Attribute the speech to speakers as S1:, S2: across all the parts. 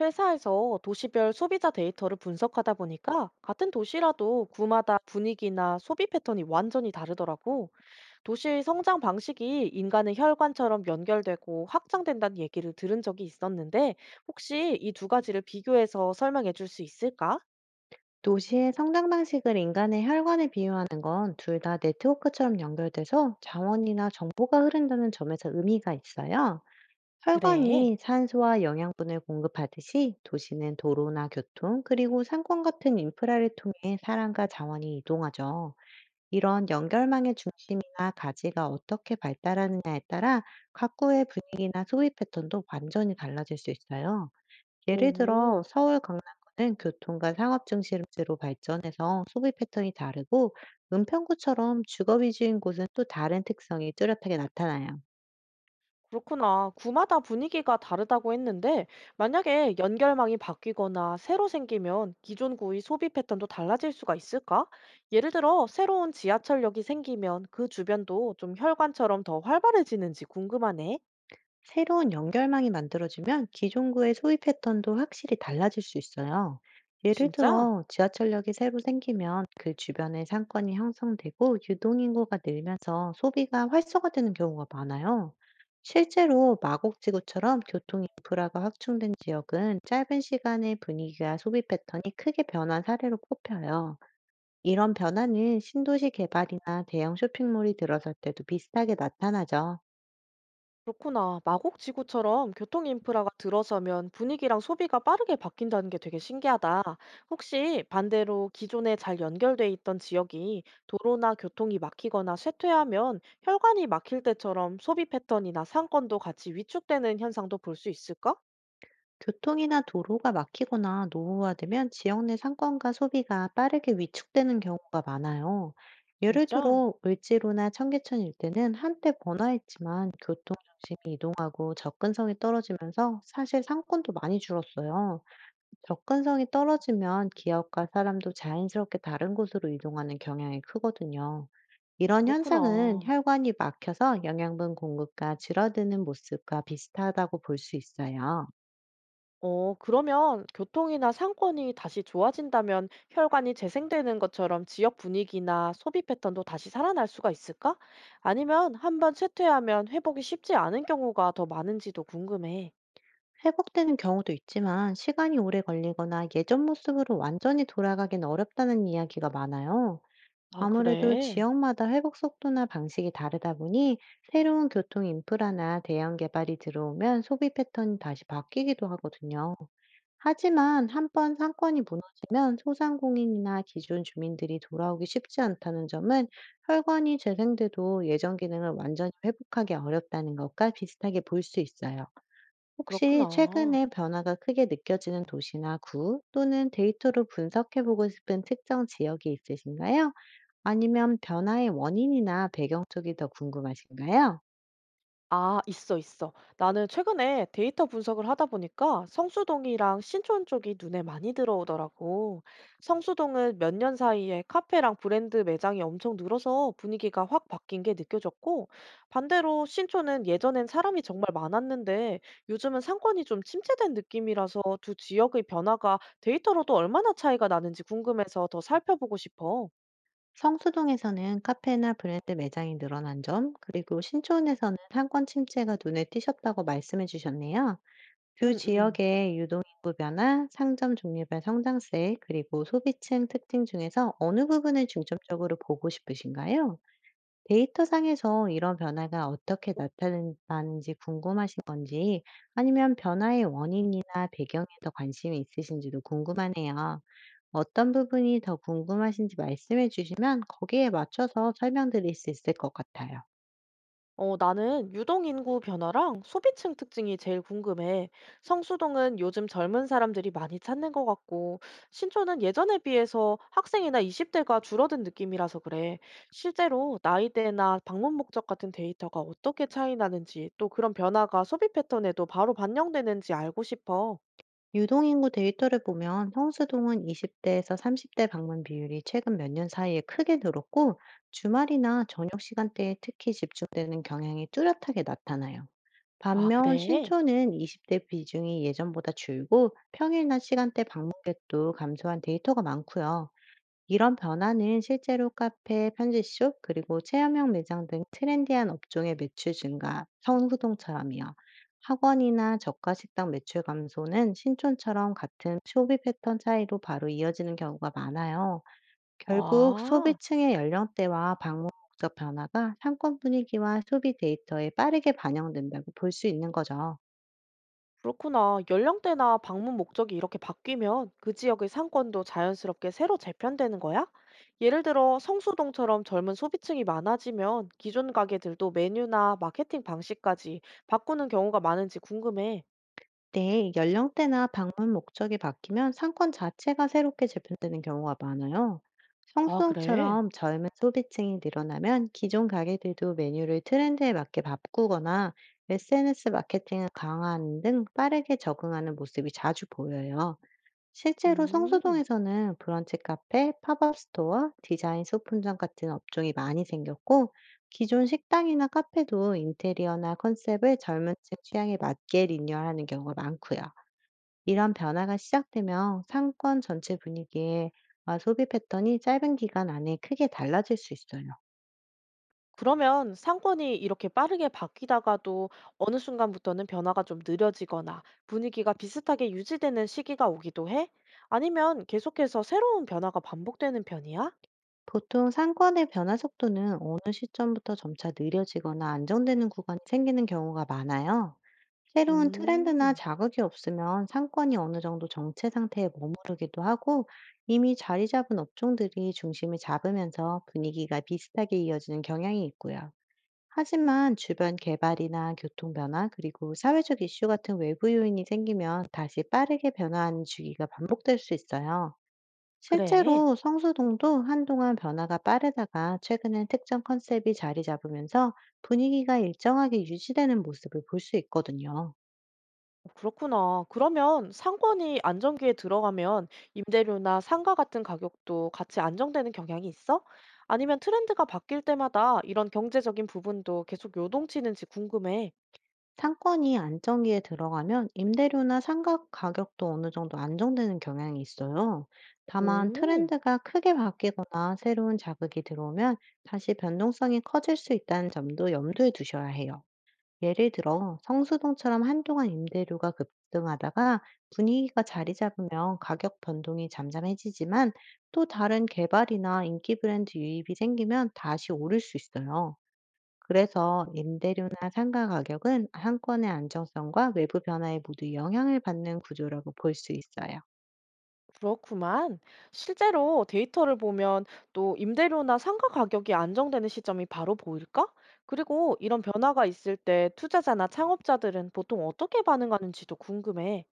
S1: 회사에서 도시별 소비자 데이터를 분석하다 보니까 같은 도시라도 구마다 분위기나 소비 패턴이 완전히 다르더라고. 도시의 성장 방식이 인간의 혈관처럼 연결되고 확장된다는 얘기를 들은 적이 있었는데 혹시 이 두 가지를 비교해서 설명해 줄 수 있을까?
S2: 도시의 성장 방식을 인간의 혈관에 비유하는 건 둘 다 네트워크처럼 연결돼서 자원이나 정보가 흐른다는 점에서 의미가 있어요.
S1: 그래.
S2: 혈관이 산소와 영양분을 공급하듯이 도시는 도로나 교통, 그리고 상권 같은 인프라를 통해 사람과 자원이 이동하죠. 이런 연결망의 중심이나 가지가 어떻게 발달하느냐에 따라 각구의 분위기나 소비 패턴도 완전히 달라질 수 있어요. 예를
S1: 오.
S2: 들어 서울 강남구는 교통과 상업 중심지로 발전해서 소비 패턴이 다르고, 은평구처럼 주거 위주인 곳은 또 다른 특성이 뚜렷하게 나타나요.
S1: 그렇구나. 구마다 분위기가 다르다고 했는데, 만약에 연결망이 바뀌거나 새로 생기면 기존 구의 소비 패턴도 달라질 수가 있을까? 예를 들어, 새로운 지하철역이 생기면 그 주변도 좀 혈관처럼 더 활발해지는지 궁금하네.
S2: 새로운 연결망이 만들어지면 기존 구의 소비 패턴도 확실히 달라질 수 있어요. 예를
S1: 진짜?
S2: 들어, 지하철역이 새로 생기면 그 주변에 상권이 형성되고 유동인구가 늘면서 소비가 활성화되는 경우가 많아요. 실제로 마곡지구처럼 교통 인프라가 확충된 지역은 짧은 시간에 분위기와 소비 패턴이 크게 변한 사례로 꼽혀요. 이런 변화는 신도시 개발이나 대형 쇼핑몰이 들어설 때도 비슷하게 나타나죠.
S1: 그렇구나. 마곡지구처럼 교통 인프라가 들어서면 분위기랑 소비가 빠르게 바뀐다는 게 되게 신기하다. 혹시 반대로 기존에 잘 연결돼 있던 지역이 도로나 교통이 막히거나 쇠퇴하면 혈관이 막힐 때처럼 소비 패턴이나 상권도 같이 위축되는 현상도 볼 수 있을까?
S2: 교통이나 도로가 막히거나 노후화되면 지역 내 상권과 소비가 빠르게 위축되는 경우가 많아요. 예를
S1: 진짜?
S2: 들어 을지로나 청계천 일대는 한때 번화했지만, 교통 중심이 이동하고 접근성이 떨어지면서 사실 상권도 많이 줄었어요. 접근성이 떨어지면 기업과 사람도 자연스럽게 다른 곳으로 이동하는 경향이 크거든요. 이런 현상은
S1: 그렇구나.
S2: 혈관이 막혀서 영양분 공급과 줄어드는 모습과 비슷하다고 볼 수 있어요.
S1: 그러면 교통이나 상권이 다시 좋아진다면 혈관이 재생되는 것처럼 지역 분위기나 소비 패턴도 다시 살아날 수가 있을까? 아니면 한번 쇠퇴하면 회복이 쉽지 않은 경우가 더 많은지도 궁금해.
S2: 회복되는 경우도 있지만 시간이 오래 걸리거나 예전 모습으로 완전히 돌아가긴 어렵다는 이야기가 많아요.
S1: 아,
S2: 아무래도
S1: 그래?
S2: 지역마다 회복 속도나 방식이 다르다 보니, 새로운 교통 인프라나 대형 개발이 들어오면 소비 패턴이 다시 바뀌기도 하거든요. 하지만 한 번 상권이 무너지면 소상공인이나 기존 주민들이 돌아오기 쉽지 않다는 점은, 혈관이 재생돼도 예전 기능을 완전히 회복하기 어렵다는 것과 비슷하게 볼 수 있어요. 혹시
S1: 그렇구나.
S2: 최근에 변화가 크게 느껴지는 도시나 구, 또는 데이터로 분석해보고 싶은 특정 지역이 있으신가요? 아니면 변화의 원인이나 배경 쪽이 더 궁금하신가요?
S1: 아, 있어, 있어. 나는 최근에 데이터 분석을 하다 보니까 성수동이랑 신촌 쪽이 눈에 많이 들어오더라고. 성수동은 몇 년 사이에 카페랑 브랜드 매장이 엄청 늘어서 분위기가 확 바뀐 게 느껴졌고, 반대로 신촌은 예전엔 사람이 정말 많았는데 요즘은 상권이 좀 침체된 느낌이라서 두 지역의 변화가 데이터로도 얼마나 차이가 나는지 궁금해서 더 살펴보고 싶어.
S2: 성수동에서는 카페나 브랜드 매장이 늘어난 점, 그리고 신촌에서는 상권 침체가 눈에 띄셨다고 말씀해 주셨네요. 두
S1: 응, 응.
S2: 지역의 유동인구 변화, 상점 종류별 성장세, 그리고 소비층 특징 중에서 어느 부분을 중점적으로 보고 싶으신가요? 데이터상에서 이런 변화가 어떻게 나타나는지 궁금하신 건지, 아니면 변화의 원인이나 배경에 더 관심이 있으신지도 궁금하네요. 어떤 부분이 더 궁금하신지 말씀해 주시면 거기에 맞춰서 설명드릴 수 있을 것 같아요.
S1: 나는 유동 인구 변화랑 소비층 특징이 제일 궁금해. 성수동은 요즘 젊은 사람들이 많이 찾는 것 같고, 신촌은 예전에 비해서 학생이나 20대가 줄어든 느낌이라서 그래. 실제로 나이대나 방문 목적 같은 데이터가 어떻게 차이 나는지, 또 그런 변화가 소비 패턴에도 바로 반영되는지 알고 싶어.
S2: 유동인구 데이터를 보면 형수동은 20대에서 30대 방문 비율이 최근 몇 년 사이에 크게 늘었고, 주말이나 저녁 시간대에 특히 집중되는 경향이 뚜렷하게 나타나요.
S1: 아,
S2: 반면
S1: 그래?
S2: 신촌은 20대 비중이 예전보다 줄고 평일 낮 시간대 방문객도 감소한 데이터가 많고요. 이런 변화는 실제로 카페, 편지숍, 그리고 체험형 매장 등 트렌디한 업종의 매출 증가, 성수동처럼이요. 학원이나 저가 식당 매출 감소는 신촌처럼 같은 소비 패턴 차이로 바로 이어지는 경우가 많아요. 결국
S1: 아.
S2: 소비층의 연령대와 방문 목적 변화가 상권 분위기와 소비 데이터에 빠르게 반영된다고 볼 수 있는 거죠.
S1: 그렇구나. 연령대나 방문 목적이 이렇게 바뀌면 그 지역의 상권도 자연스럽게 새로 재편되는 거야? 예를 들어 성수동처럼 젊은 소비층이 많아지면 기존 가게들도 메뉴나 마케팅 방식까지 바꾸는 경우가 많은지 궁금해.
S2: 네, 연령대나 방문 목적이 바뀌면 상권 자체가 새롭게 재편되는 경우가 많아요.
S1: 아, 그래?
S2: 성수동처럼 젊은 소비층이 늘어나면 기존 가게들도 메뉴를 트렌드에 맞게 바꾸거나 SNS 마케팅을 강화하는 등 빠르게 적응하는 모습이 자주 보여요. 실제로
S1: 음.
S2: 성수동에서는 브런치 카페, 팝업 스토어, 디자인 소품점 같은 업종이 많이 생겼고, 기존 식당이나 카페도 인테리어나 컨셉을 젊은 층 취향에 맞게 리뉴얼하는 경우가 많고요. 이런 변화가 시작되면 상권 전체 분위기와 소비 패턴이 짧은 기간 안에 크게 달라질 수 있어요.
S1: 그러면 상권이 이렇게 빠르게 바뀌다가도 어느 순간부터는 변화가 좀 느려지거나 분위기가 비슷하게 유지되는 시기가 오기도 해? 아니면 계속해서 새로운 변화가 반복되는 편이야?
S2: 보통 상권의 변화 속도는 어느 시점부터 점차 느려지거나 안정되는 구간이 생기는 경우가 많아요. 새로운 트렌드나
S1: 음.
S2: 자극이 없으면 상권이 어느 정도 정체 상태에 머무르기도 하고, 이미 자리 잡은 업종들이 중심을 잡으면서 분위기가 비슷하게 이어지는 경향이 있고요. 하지만 주변 개발이나 교통 변화, 그리고 사회적 이슈 같은 외부 요인이 생기면 다시 빠르게 변화하는 주기가 반복될 수 있어요.
S1: 그래.
S2: 실제로 성수동도 한동안 변화가 빠르다가 최근엔 특정 컨셉이 자리 잡으면서 분위기가 일정하게 유지되는 모습을 볼 수 있거든요.
S1: 그렇구나. 그러면 상권이 안정기에 들어가면 임대료나 상가 같은 가격도 같이 안정되는 경향이 있어? 아니면 트렌드가 바뀔 때마다 이런 경제적인 부분도 계속 요동치는지 궁금해.
S2: 상권이 안정기에 들어가면 임대료나 상가 가격도 어느 정도 안정되는 경향이 있어요. 다만
S1: 오,
S2: 트렌드가 크게 바뀌거나 새로운 자극이 들어오면 다시 변동성이 커질 수 있다는 점도 염두에 두셔야 해요. 예를 들어 성수동처럼 한동안 임대료가 급등하다가 분위기가 자리 잡으면 가격 변동이 잠잠해지지만, 또 다른 개발이나 인기 브랜드 유입이 생기면 다시 오를 수 있어요. 그래서 임대료나 상가 가격은 한권의 안정성과 외부 변화에 모두 영향을 받는 구조라고 볼 수 있어요.
S1: 그렇구만. 실제로 데이터를 보면 또 임대료나 상가 가격이 안정되는 시점이 바로 보일까? 그리고 이런 변화가 있을 때 투자자나 창업자들은 보통 어떻게 반응하는지도 궁금해.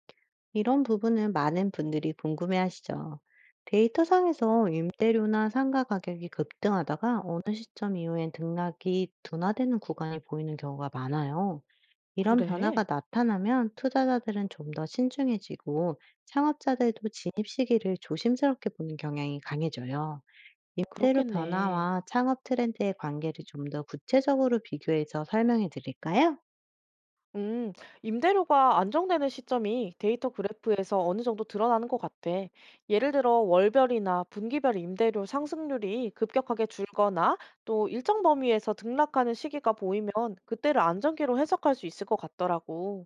S2: 이런 부분은 많은 분들이 궁금해하시죠. 데이터상에서 임대료나 상가 가격이 급등하다가 어느 시점 이후엔 등락이 둔화되는 구간이 보이는 경우가 많아요. 이런
S1: 그래,
S2: 변화가 나타나면 투자자들은 좀 더 신중해지고, 창업자들도 진입 시기를 조심스럽게 보는 경향이 강해져요. 임대료
S1: 그렇겠네.
S2: 변화와 창업 트렌드의 관계를 좀 더 구체적으로 비교해서 설명해 드릴까요?
S1: 음, 임대료가 안정되는 시점이 데이터 그래프에서 어느 정도 드러나는 것 같아. 예를 들어 월별이나 분기별 임대료 상승률이 급격하게 줄거나 또 일정 범위에서 등락하는 시기가 보이면 그때를 안정기로 해석할 수 있을 것 같더라고.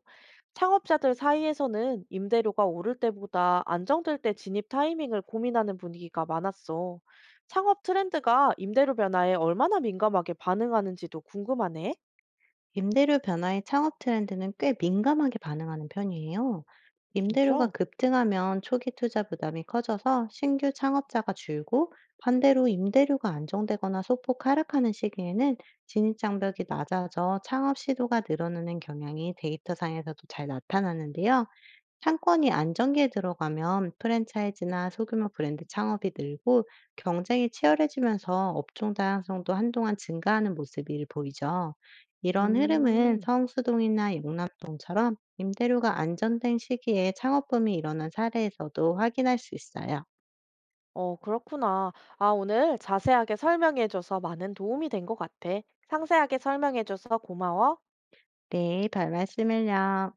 S1: 창업자들 사이에서는 임대료가 오를 때보다 안정될 때 진입 타이밍을 고민하는 분위기가 많았어. 창업 트렌드가 임대료 변화에 얼마나 민감하게 반응하는지도 궁금하네.
S2: 임대료 변화에 창업 트렌드는 꽤 민감하게 반응하는 편이에요. 임대료가
S1: 진짜?
S2: 급등하면 초기 투자 부담이 커져서 신규 창업자가 줄고, 반대로 임대료가 안정되거나 소폭 하락하는 시기에는 진입장벽이 낮아져 창업 시도가 늘어나는 경향이 데이터상에서도 잘 나타나는데요. 상권이 안정기에 들어가면 프랜차이즈나 소규모 브랜드 창업이 늘고, 경쟁이 치열해지면서 업종 다양성도 한동안 증가하는 모습이 보이죠. 이런 흐름은
S1: 음.
S2: 성수동이나 영남동처럼 임대료가 안정된 시기에 창업붐이 일어난 사례에서도 확인할 수 있어요.
S1: 그렇구나. 아, 오늘 자세하게 설명해줘서 많은 도움이 된 것 같아. 상세하게 설명해줘서 고마워.
S2: 네, 별 말씀을요.